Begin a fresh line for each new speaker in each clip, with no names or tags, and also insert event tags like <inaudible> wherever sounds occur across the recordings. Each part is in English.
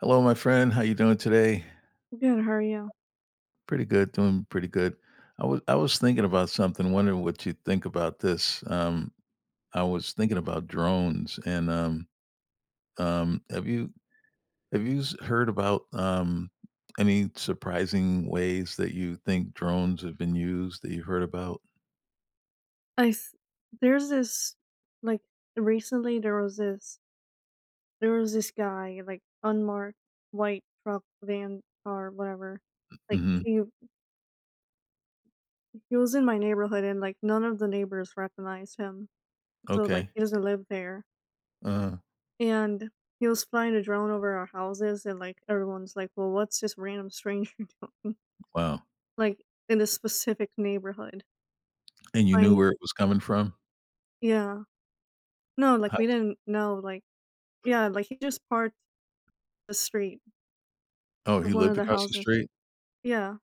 Hello, my friend. How you doing today?
Good, how are you?
Pretty good. Doing pretty good. I was thinking about something. Wondering what you think about this. I was thinking about drones, and have you heard about any surprising ways that you think drones have been used that you've heard about?
I s- there's this, like, recently. There was this, there was this guy, like, unmarked white truck, van, car, whatever. like
Hmm.
he he was in my neighborhood, and, like, none of the neighbors recognized him, so, like,
Okay.
he doesn't live there.
Uh,
And he was flying a drone over our houses, and, like, everyone's like, well, what's this random stranger <laughs> doing,
wow.
like, in this specific neighborhood?
And you knew
And
where it was coming from?
Yeah, no, like,
How,
we didn't know, like, yeah, like, he just parked the street.
oh, he
Of one
lived
of the
across the
houses.
street.
Yeah.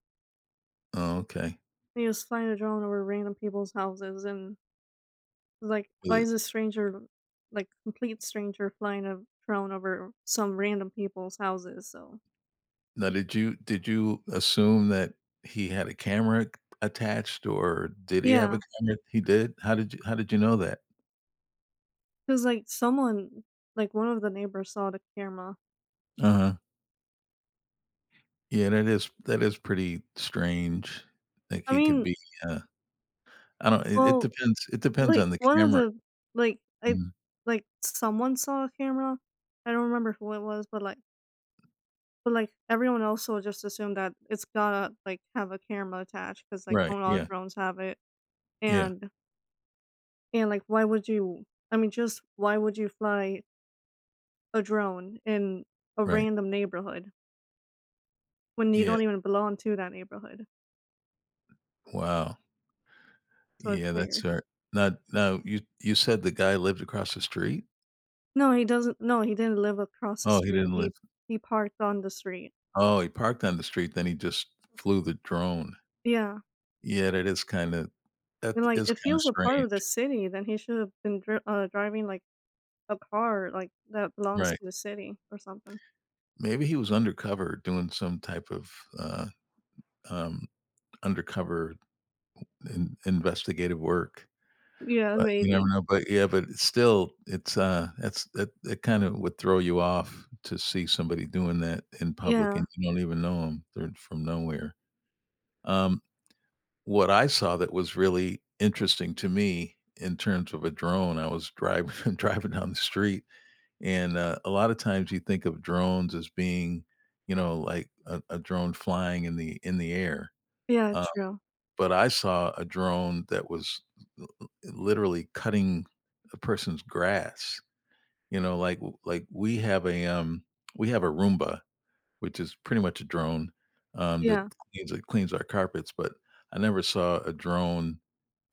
Oh, okay.
And he was flying a drone over random people's houses. And, like, why
Well,
is a stranger, like, complete stranger flying a drone over some random people's houses? So
now did you assume that he had a camera attached, or did he have a
yeah,
camera? He did? How did you know that?
because, like, someone, like, one of the neighbors saw the camera.
Uh-huh. Yeah, that is pretty strange. Like,
I
he could
mean,
be, uh I don't it it
well,
depends
like
on the
one of
camera.
the like I
Mhm.
like someone saw a camera. I don't remember who it was, but, like, everyone else will just assume that it's gotta, like, have a camera attached, because, like,
Right,
don't all
yeah,
drones have it.
yeah,
And And, like, why would you, I mean, just why would you fly a drone in a
right.
random neighborhood when you
Yeah,
don't even belong to that neighborhood?
wow.
So it's
Yeah, that's
weird.
right. Now now you said the guy lived across the street?
No, he doesn't no, he didn't live across the
Oh, he
street.
didn't live.
He parked on the street.
Oh, he parked on the street, then he just flew the drone.
Yeah.
Yeah, that is kinda
And, like, if he was a part of the
strange,
city, then he should have been driving, like, a car, like, that belongs
right.
to the city or something.
Maybe he was undercover doing some type of, uh, um, undercover in investigative work,
Yeah,
but you never
maybe.
know, but yeah, but it's still, it's, that kinda would throw you off to see somebody doing that in public
Yeah.
and you don't even know them; 'em, they're from nowhere. Um, what I saw that was really interesting to me in terms of a drone, I was driving <laughs> driving down the street. And, a lot of times you think of drones as being, you know, like a drone flying in the air,
Yeah,
uh,
true.
but I saw a drone that was l l literally cutting a person's grass, you know, like, we have a Roomba, which is pretty much a drone, that
Yeah.
cleans our carpets, but I never saw a drone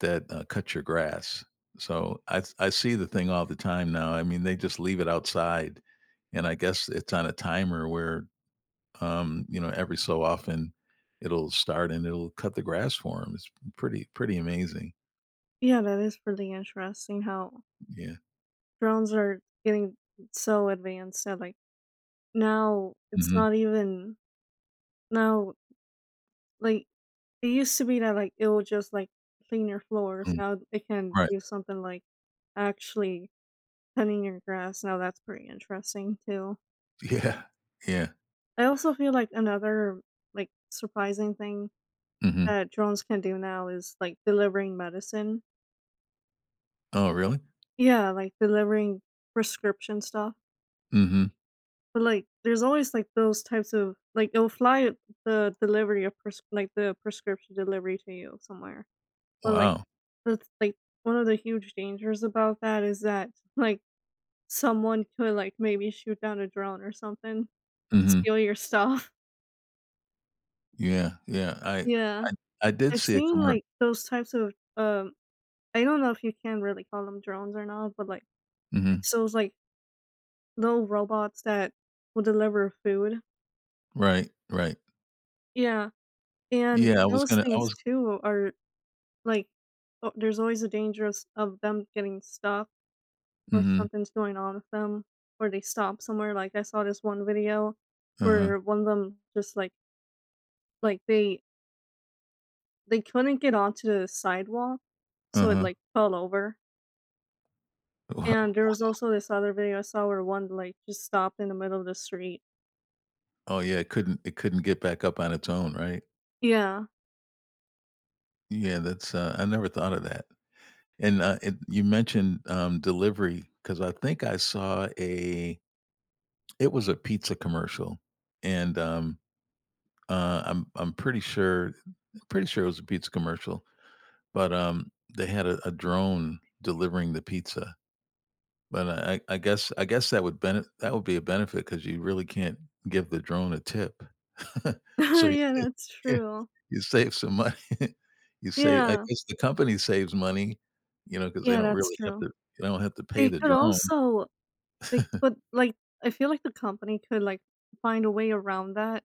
that, cut your grass. So I see the thing all the time now. I mean, they just leave it outside, and I guess it's on a timer where, you know, every so often, it'll start and it'll cut the grass for them. It's pretty amazing.
Yeah, that is pretty interesting how
Yeah.
drones are getting so advanced that, like, now it's
Mhm.
not even now like, it used to be that, like, it would just, like, clean your floors.
Mm.
Now it can
Right.
do something like actually cutting your grass. Now that's pretty interesting too.
<laughs> Yeah. Yeah.
I also feel like another, like, surprising thing
Mhm.
that drones can do now is like delivering medicine.
Oh, really?
Yeah, like delivering prescription stuff.
Mhm.
But, like, there's always, like, those types of, like, they'll fly the delivery of pres like, the prescription delivery to you somewhere. But, like,
Wow.
that's, like, one of the huge dangers about that is that, like, someone could, like, maybe shoot down a drone or something,
Mhm.
steal your stuff. <laughs>
Yeah, yeah,
Yeah.
I I did
I've
see a
seen,
commercial.
like, those types of, um I don't know if you can really call them drones or not, but, like,
Mhm,
it's those, like, little robots that will deliver food.
right, right.
Yeah, and
Yeah, I was
those
gonna I
things
was
too are like, o there's always a danger of s of them getting stuck or
Mhm,
something's going on with them, or they stop somewhere. Like, I saw this one video
uh-huh,
where one of them just, like, like, they they couldn't get onto the sidewalk, so it,
uh-huh.
like, fell over,
<laughs>
and there
Wow.
was also this other video I saw where one, like, just stopped in the middle of the street.
Oh, yeah, it couldn't get back up on its own, right?
Yeah.
Yeah, that's, uh, I never thought of that, and you mentioned, delivery because I think I saw a it was a pizza commercial, and, I'm pretty sure it was a pizza commercial, but, they had a drone delivering the pizza. But I guess that would bene that would be a benefit because you really can't give the drone a tip. <laughs> So
<laughs>
you
Yeah, that's true.
<laughs> you save some money. <laughs> You say I
Yeah.
guess the company saves money, you know, because they
Yeah,
don't
that's
really have
true.
to pay
They
the
could
drone.
also, they but, like, I feel like the company could, like, find a way around that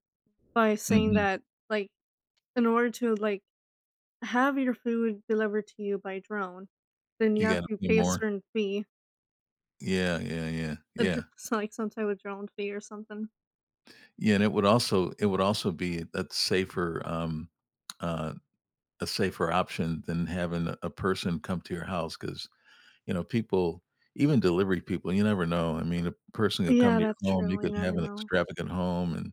by saying
Mhm.
that, like, in order to, like, have your food delivered to you by drone, then you
You
have
gotta
to
pay
pay a
more.
certain fee.
Yeah, yeah, yeah,
A
yeah.
dr <laughs> So, like, some type of drone fee or something.
Yeah, and it would also be uh, a safer option than having a person come to your house because. You know, people, even delivery people, you never know. I mean, a person could come
Yeah,
to your
that's
home, you
true,
could
you
have
never
an
know.
extravagant home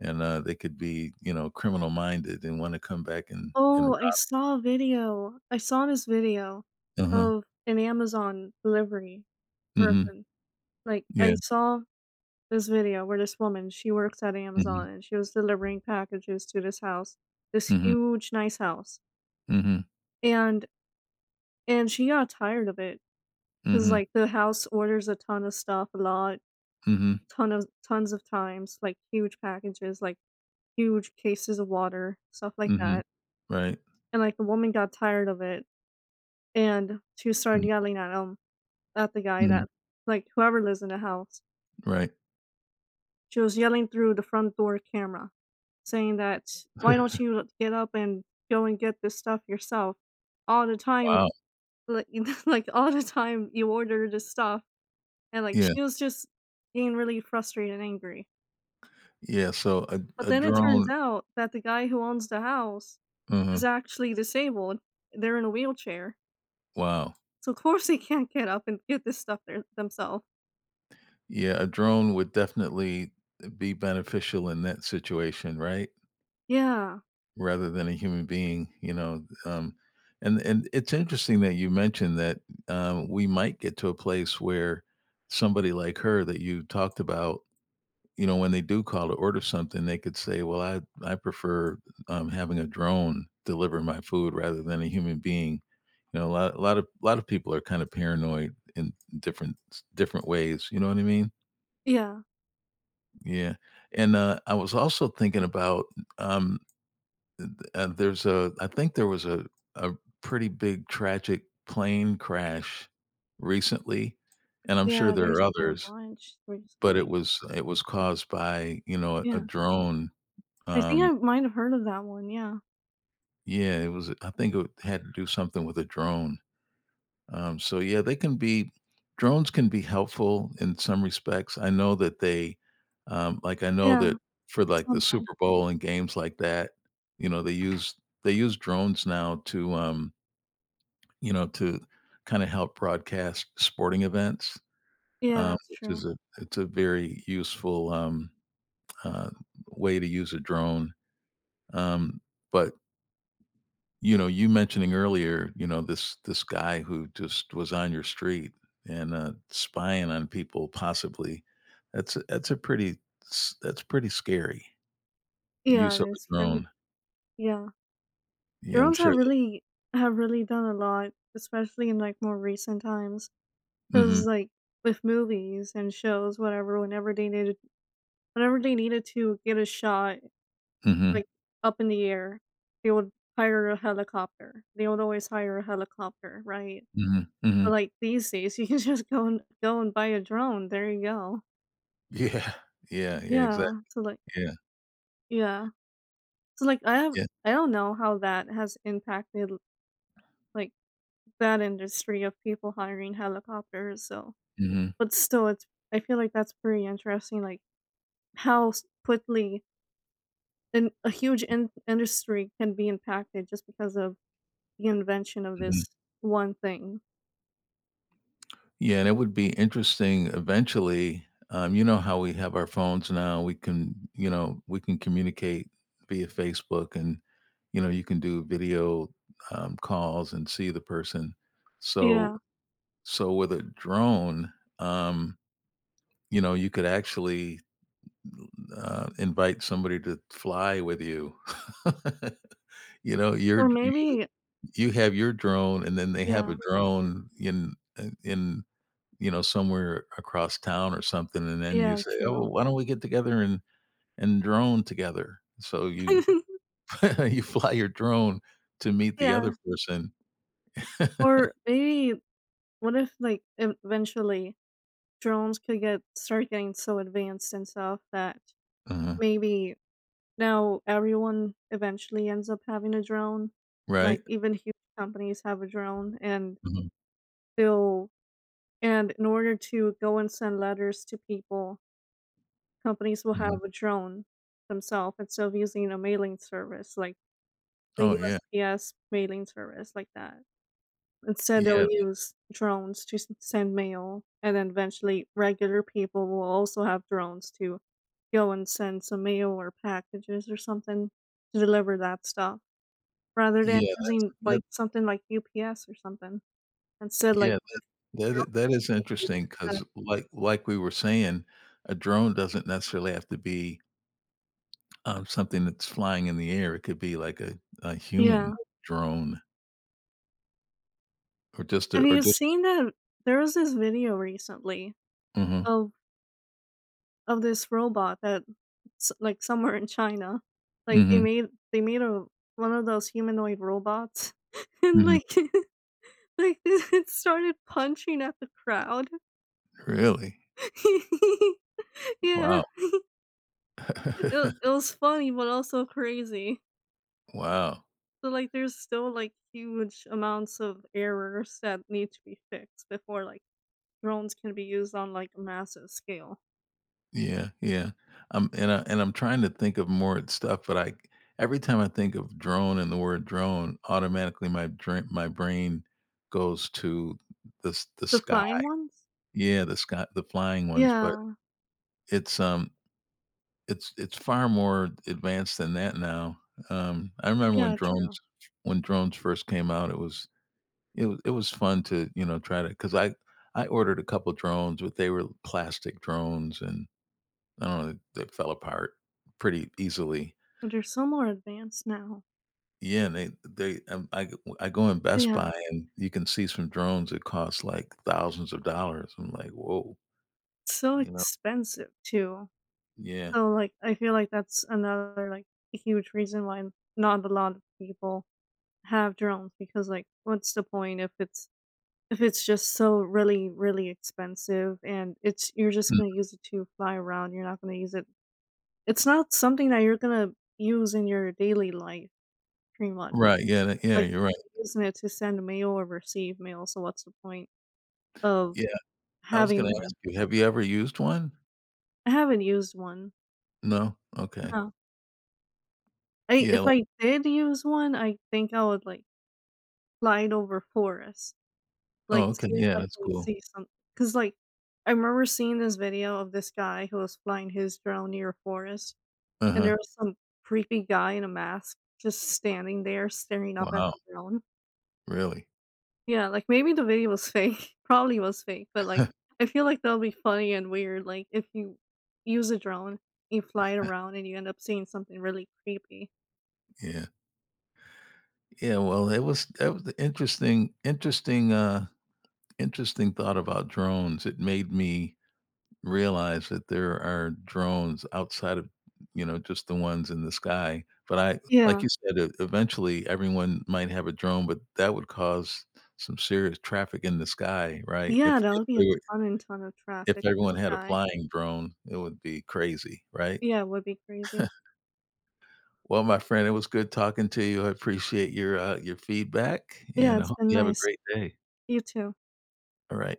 and, they could be, you know, criminal-minded and wanna come back and
Oh, I
rob.
saw a video. I saw this video
Uh-huh.
of an Amazon delivery
Mhm.
person. Like, I
Yeah.
saw this video where this woman, she works at
Mhm.
Amazon, and she was delivering packages to this house, this
Mhm.
huge, nice house,
Mhm.
and she got tired of it. 'Cause,
Mhm.
like, the house orders a ton of stuff a lot,
Mhm.
ton of tons of times, like, huge packages, like, huge cases of water, stuff like
Mhm.
that,
Right.
and, like, the woman got tired of it, and she started
Mm.
yelling at him, at the guy,
Mhm.
that, like, whoever lives in the house.
Right.
She was yelling through the front door camera, saying that, "Why don't
<laughs>
you get up and go and get this stuff yourself? All the time,
Wow.
like, <laughs> like, all the time you order this stuff," and, like,
Yeah.
she was just being really frustrated and angry.
Yeah, so a
But
a
then it turns
drone.
out that the guy who owns the house
Uh-huh.
is actually disabled. They're in a wheelchair.
Wow.
So, of course, they can't get up and get this stuff there themselves.
Yeah, a drone would definitely, be beneficial in that situation, right?
Yeah.
Rather than a human being, you know, and it's interesting that you mentioned that, we might get to a place where somebody like her that you talked about, you know, when they do call to order something, they could say, "Well, I prefer, having a drone deliver my food rather than a human being." You know, a lot of people are kind of paranoid in different ways, you know what I mean?
Yeah.
Yeah, and, I was also thinking about, um Th and there's a I think there was a a pretty big tragic plane crash recently, and I'm sure
Yeah,
there are
there's been a
others,
bunch
but
recently.
it was caused by, you know, a
Yeah.
drone,
I think
um.
I might have heard of that one, yeah.
Yeah, it was I think it had to do something with a drone, so, yeah, they can be, drones can be helpful in some respects. I know that they, like, I know
Yeah,
that for, like, the
sometimes.
Super Bowl and games like that, you know, they use drones now to, you know, to kinda help broadcast sporting events,
Yeah, that's
which
true.
is a it's a very useful, uh, way to use a drone, um, but, you know, you mentioning earlier, you know, this guy who just was on your street and, spying on people possibly, that's a pretty s that's pretty scary
Yeah,
use
it
of a
is pretty,
drone.
yeah.
Yeah, I'm
Drones
sure
have
that.
really, have really done a lot, especially in, like, more recent times. Cause,
Mhm,
like, with movies and shows, whatever, whenever they needed to get a shot,
mhm,
like, up in the air, they would hire a helicopter. They would always hire a helicopter, right?
mhm,
But,
mhm.
like, these days, you can <laughs> just go and buy a drone. There you go.
Yeah, yeah, yeah, exactly,
Yeah. So, like,
yeah,
yeah. So, like, I have,
yeah,
I don't know how that has impacted, like, that industry of people hiring helicopters. So
mhm,
but still, it's, I feel like that's pretty interesting, like, how s quickly an a huge in industry can be impacted just because of the invention of
mhm.
this one thing.
Yeah, and it would be interesting eventually. You know how we have our phones now. We can, you know, we can communicate via Facebook, and you know, you can do video, calls and see the person. So,
Yeah,
so with a drone, um, you know, you could actually, invite somebody to fly with you. <laughs> You know,
or
you,
maybe,
you have your drone, and then they have
yeah,
a drone in in you know, somewhere across town or something, and then you
yeah,
say, "Oh,
true.
why don't we get together and drone together?" So you
<laughs>
<laughs> you fly your drone to meet the
Yeah,
other person. <laughs>
or maybe what if, like, eventually drones could get start getting so advanced and stuff that
Uh-huh.
maybe now everyone eventually ends up having a drone,
Right?
like, even huge companies have a drone, and
Mhm,
they'll, and in order to go and send letters to people, companies will
mhm.
have a drone themselves instead of using a mailing service, like the
Oh, yeah.
USPS mailing service, like that. Instead, they'll
Yeah,
use drones to s send mail, and then eventually regular people will also have drones to go and send some mail or packages or something to deliver that stuff, rather than
yeah,
using,
that
like, something like UPS or something. Instead, like,
yeah,
<laughs> what if drones
that
end up
is
being used
interesting
instead?
because like we were saying, a drone doesn't necessarily have to be, something that's flying in the air. It could be like a human
Yeah.
drone, or just a,
Have
or
you
just.
seen that there was this video recently
Mhm,
of of this robot that s like, somewhere in China. Like,
mhm,
they made a, one of those humanoid robots, <laughs> and,
mhm.
like, <laughs> like, <laughs> it started punching at the crowd.
Really?
<laughs> Yeah.
Wow.
It
<laughs>
was funny, but also crazy.
Wow.
So, like, there's still, like, huge amounts of errors that need to be fixed before, like, drones can be used on, like, a massive scale.
Yeah, yeah. I'm and I and I'm trying to think of more stuff, but I, every time I think of drone and the word drone, automatically my brain goes to the
The
sky.
flying ones?
Yeah, the sky, the flying ones, but
Yeah.
it's, um, it's far more advanced than that now. I remember when
Yeah, true.
drones, first came out, it was it was fun to, you know, try to, because I ordered a couple drones, but they were plastic drones and I don't know, they fell apart pretty easily.
They're so more advanced now.
Yeah, and they I go in Best
Yeah.
Buy, and you can see some drones that cost, like, thousands of dollars. I'm like, "Whoa,"
So
you know?
expensive too.
Yeah.
So, like, I feel like that's another, like, huge reason why not a lot of people have drones, because, like, what's the point if it's, if it's just so really really expensive, and it's, you're just
Mm.
going to use it to fly around, you're not going to use it, it's not something that you're going to use in your daily life, pretty much.
Right, yeah, that yeah,
Like,
you're right.
you're using it to send mail or receive mail, so what's the point of
Yeah, I was gonna
having one?
ask you, have you ever used one?
I haven't used one,
No? Okay.
no. I,
Yeah,
if
like,
I did use one, I think I would, like, glide over forests, like,
oh, okay,
see if
yeah,
I
that's
can
cool.
see something. Cause, like, I remember seeing this video of this guy who was flying his drone near a forest, and
Uh-huh.
there was some creepy guy in a mask just standing there staring up at
Wow,
the drone.
really?
Yeah, like, maybe the video was fake, <laughs> probably was fake, but, like, I feel like that'll be funny and weird, like, if you use a drone, you fly it around, and you end up seeing something really creepy.
Yeah. Yeah, well, it was that was the interesting interesting thought about drones. It made me realize that there are drones outside of, you know, just the ones in the sky, but I like
Yeah.
you said, e eventually everyone might have a drone, but that would cause some serious traffic in the sky, right?
Yeah, that
If
would be a
they were
ton and ton of
if
traffic in the
everyone had a
sky.
flying drone, it would be crazy, right?
Yeah, it would be crazy.
Well, my friend, it was good talking to you. I appreciate your feedback,
Yeah,
and I
it's
hope
been
you have a
nice.
great day.
You too.
Alright.